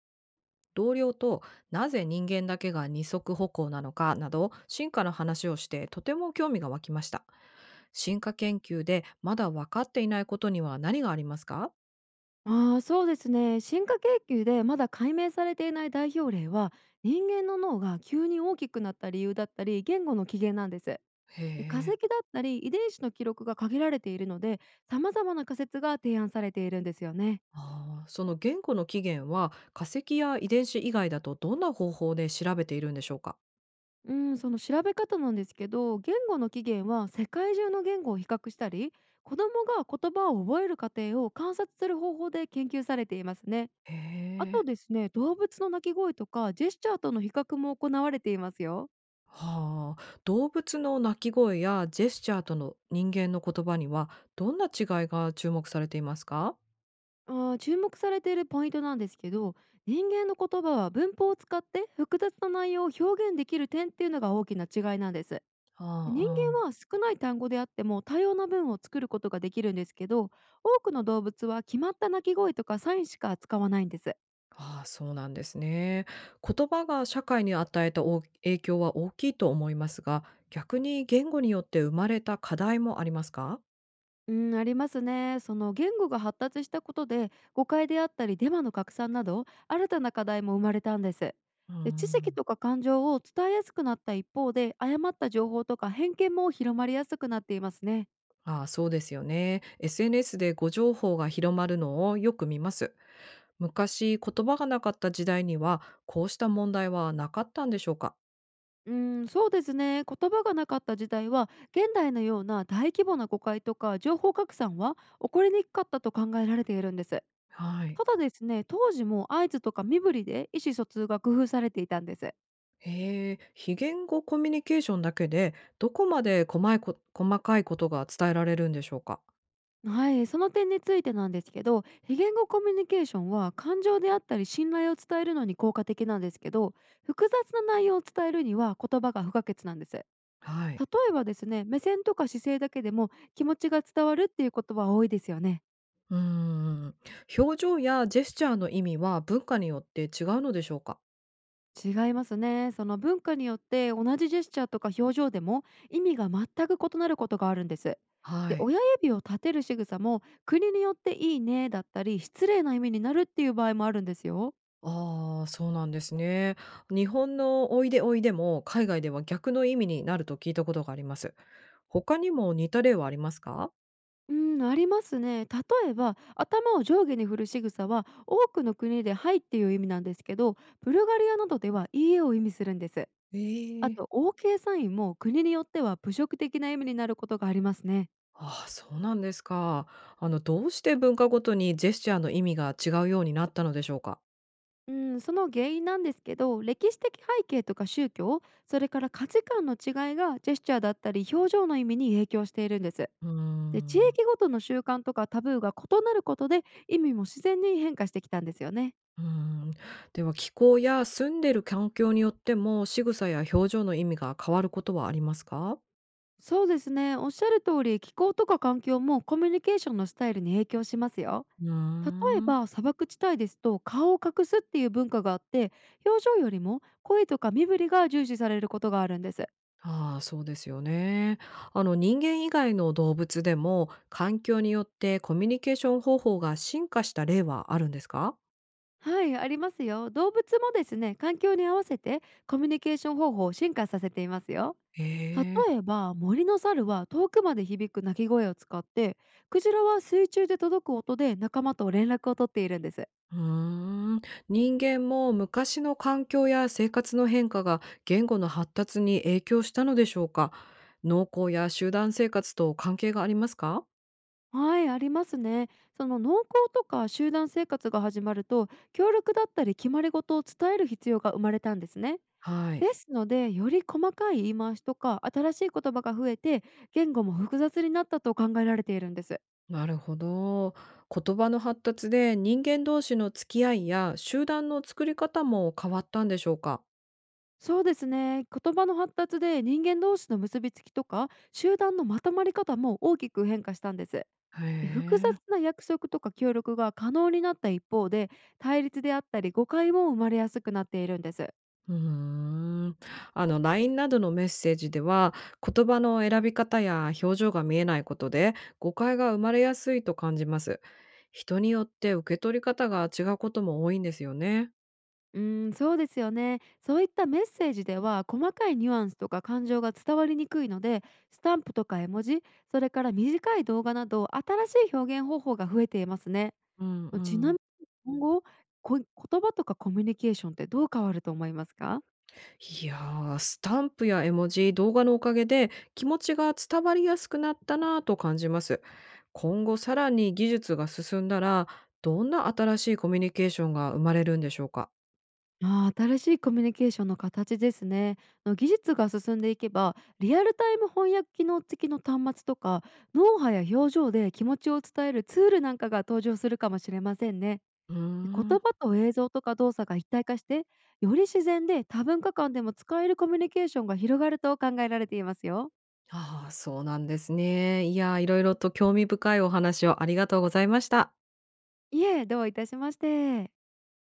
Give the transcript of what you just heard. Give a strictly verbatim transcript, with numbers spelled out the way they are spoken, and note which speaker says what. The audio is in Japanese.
Speaker 1: 同僚と、なぜ人間だけが二足歩行なのかなど進化の話をして、とても興味が湧きました。進化研究でまだ分かっていないことには何がありますか？
Speaker 2: ああそうですね、進化研究でまだ解明されていない代表例は、人間の脳が急に大きくなった理由だったり言語の起源なんです。
Speaker 1: へ
Speaker 2: で、化石だ
Speaker 1: え。
Speaker 2: ったり遺伝子の記録が限られているので、様々な仮説が提案されているんですよね。
Speaker 1: あーその言語の起源は、化石や遺伝子以外だとどんな方法で調べているんでしょうか？
Speaker 2: うん、その調べ方なんですけど、言語の起源は世界中の言語を比較したり、子どもが言葉を覚える過程を観察する方法で研究されていますね。
Speaker 1: へ
Speaker 2: あ
Speaker 1: え。
Speaker 2: とですね、動物の鳴き声とかジェスチャーとの比較も行われていますよ。
Speaker 1: はあ。動物の鳴き声やジェスチャーとの人間の言葉には、どんな違いが注目されていますか？
Speaker 2: あー注目されているポイントなんですけど、人間の言葉は文法を使って複雑な内容を表現できる点っていうのが大きな違いなんです。人
Speaker 1: ああ。
Speaker 2: 間は少ない単語であっても多様な文を作ることができるんですけど、多くの動物は決まった鳴き声とかサインしか使わないんです。
Speaker 1: ああ、そうなんですね。言葉が社会に与えた大影響は大きいと思いますが、逆に言語によって生まれた課題もありますか？
Speaker 2: うん、ありますね。その言語が発達したことで、誤解であったりデマの拡散など新たな課題も生まれたんです。
Speaker 1: うー
Speaker 2: で、知識
Speaker 1: ん。
Speaker 2: とか感情を伝えやすくなった一方で、誤った情報とか偏見も広まりやすくなっていますね。
Speaker 1: ああ、そうですよね。エスエヌエス で誤情報が広まるのをよく見ます。昔、言葉がなかった時代には、こうした問題はなかったんでしょうか？
Speaker 2: うん、そうですね。言葉がなかった時代は、現代のような大規模な誤解とか情報拡散は起こりにくかったと考えられているんです。
Speaker 1: はい。
Speaker 2: ただですね、当時も合図とか身振りで意思疎通が工夫されていたんです。
Speaker 1: へえ、非言語コミュニケーションだけで、どこまで細いこ細かいことが伝えられるんでしょうか？
Speaker 2: はい、その点についてなんですけど、非言語コミュニケーションは感情であったり信頼を伝えるのに効果的なんですけど、複雑な内容を伝えるには言葉が不可欠なんです。例
Speaker 1: はい。
Speaker 2: えばですね、目線とか姿勢だけでも気持ちが伝わるっていうことは多いですよね。
Speaker 1: うーん、表情やジェスチャーの意味は文化によって違うのでしょうか？
Speaker 2: 違いますね。その文化によって同じジェスチャーとか表情でも意味が全く異なることがあるんです。
Speaker 1: は
Speaker 2: で、
Speaker 1: い。
Speaker 2: 親指を立てる仕草も国によっていいねだったり失礼な意味になるっていう場合もあるんですよ。
Speaker 1: ああ、そうなんですね。日本のおいでおいでも海外では逆の意味になると聞いたことがあります。他にも似た例はありますか？
Speaker 2: うん、ありますね。例えば頭を上下に振る仕草は多くの国で「はい」っていう意味なんですけど、ブルガリアなどでは「いいえ」を意味するんです。
Speaker 1: え
Speaker 2: あ
Speaker 1: え。
Speaker 2: と、 オーケー サインも国によっては侮辱的な意味になることがありますね。
Speaker 1: ああ、そうなんですか。あの、どうして文化ごとにジェスチャーの意味が違うようになったのでしょうか？
Speaker 2: うん、その原因なんですけど、歴史的背景とか宗教、それから価値観の違いがジェスチャーだったり表情の意味に影響しているんです。
Speaker 1: うー
Speaker 2: で、地
Speaker 1: ん。
Speaker 2: 域ごとの習慣とかタブーが異なることで、意味も自然に変化してきたんですよね。
Speaker 1: うーん。では、気候や住んでる環境によっても仕草や表情の意味が変わることはありますか？
Speaker 2: そうですね。おっしゃる通り、気候とか環境もコミュニケーションのスタイルに影響しますよ。
Speaker 1: うー
Speaker 2: 例え
Speaker 1: ん。
Speaker 2: ば砂漠地帯ですと、顔を隠すっていう文化があって、表情よりも声とか身振りが重視されることがあるんです。
Speaker 1: ああ、そうですよね。あの、人間以外の動物でも、環境によってコミュニケーション方法が進化した例はあるんですか？
Speaker 2: はい、ありますよ。動物もですね、環境に合わせてコミュニケーション方法を進化させていますよ。
Speaker 1: え
Speaker 2: 例
Speaker 1: え。
Speaker 2: えば森の猿は遠くまで響く鳴き声を使って、クジラは水中で届く音で仲間と連絡を取っているんです。
Speaker 1: うーん。人間も昔の環境や生活の変化が、言語の発達に影響したのでしょうか？農耕や集団生活と関係がありますか？
Speaker 2: はい、ありますね。その農耕とか集団生活が始まると、協力だったり決まり事を伝える必要が生まれたんですね。
Speaker 1: はい、
Speaker 2: ですので、より細かい言い回しとか新しい言葉が増えて、言語も複雑になったと考えられているんです。
Speaker 1: なるほど。言葉の発達で、人間同士の付き合いや集団の作り方も変わったんでしょうか？
Speaker 2: そうですね。言葉の発達で人間同士の結びつきとか集団のまとまり方も大きく変化したんです。
Speaker 1: へ
Speaker 2: で、複雑
Speaker 1: え、
Speaker 2: な約束とか協力が可能になった一方で、対立であったり誤解も生まれやすくなっているんです。
Speaker 1: うーん。あの ライン などのメッセージでは、言葉の選び方や表情が見えないことで、誤解が生まれやすいと感じます。人によって受け取り方が違うことも多いんですよね。
Speaker 2: うん、そうですよね。そういったメッセージでは細かいニュアンスとか感情が伝わりにくいので、スタンプとか絵文字、それから短い動画など新しい表現方法が増えていますね。
Speaker 1: うんう
Speaker 2: ちな
Speaker 1: ん。
Speaker 2: みに今後、こ言葉とかコミュニケーションってどう変わると思いますか？
Speaker 1: いや、ースタンプや絵文字、動画のおかげで気持ちが伝わりやすくなったなぁと感じます。今後さらに技術が進んだら、どんな新しいコミュニケーションが生まれるんでしょうか？
Speaker 2: ああ、新しいコミュニケーションの形ですね。の技術が進んでいけば、リアルタイム翻訳機能付きの端末とか、脳波や表情で気持ちを伝えるツールなんかが登場するかもしれませんね。
Speaker 1: うー
Speaker 2: 言葉
Speaker 1: ん。
Speaker 2: と映像とか動作が一体化して、より自然で多文化間でも使えるコミュニケーションが広がると考えられていますよ。
Speaker 1: ああ、そうなんですね。いや、いろいろと興味深いお話をありがとうございました。
Speaker 2: いえ、どういたしまして。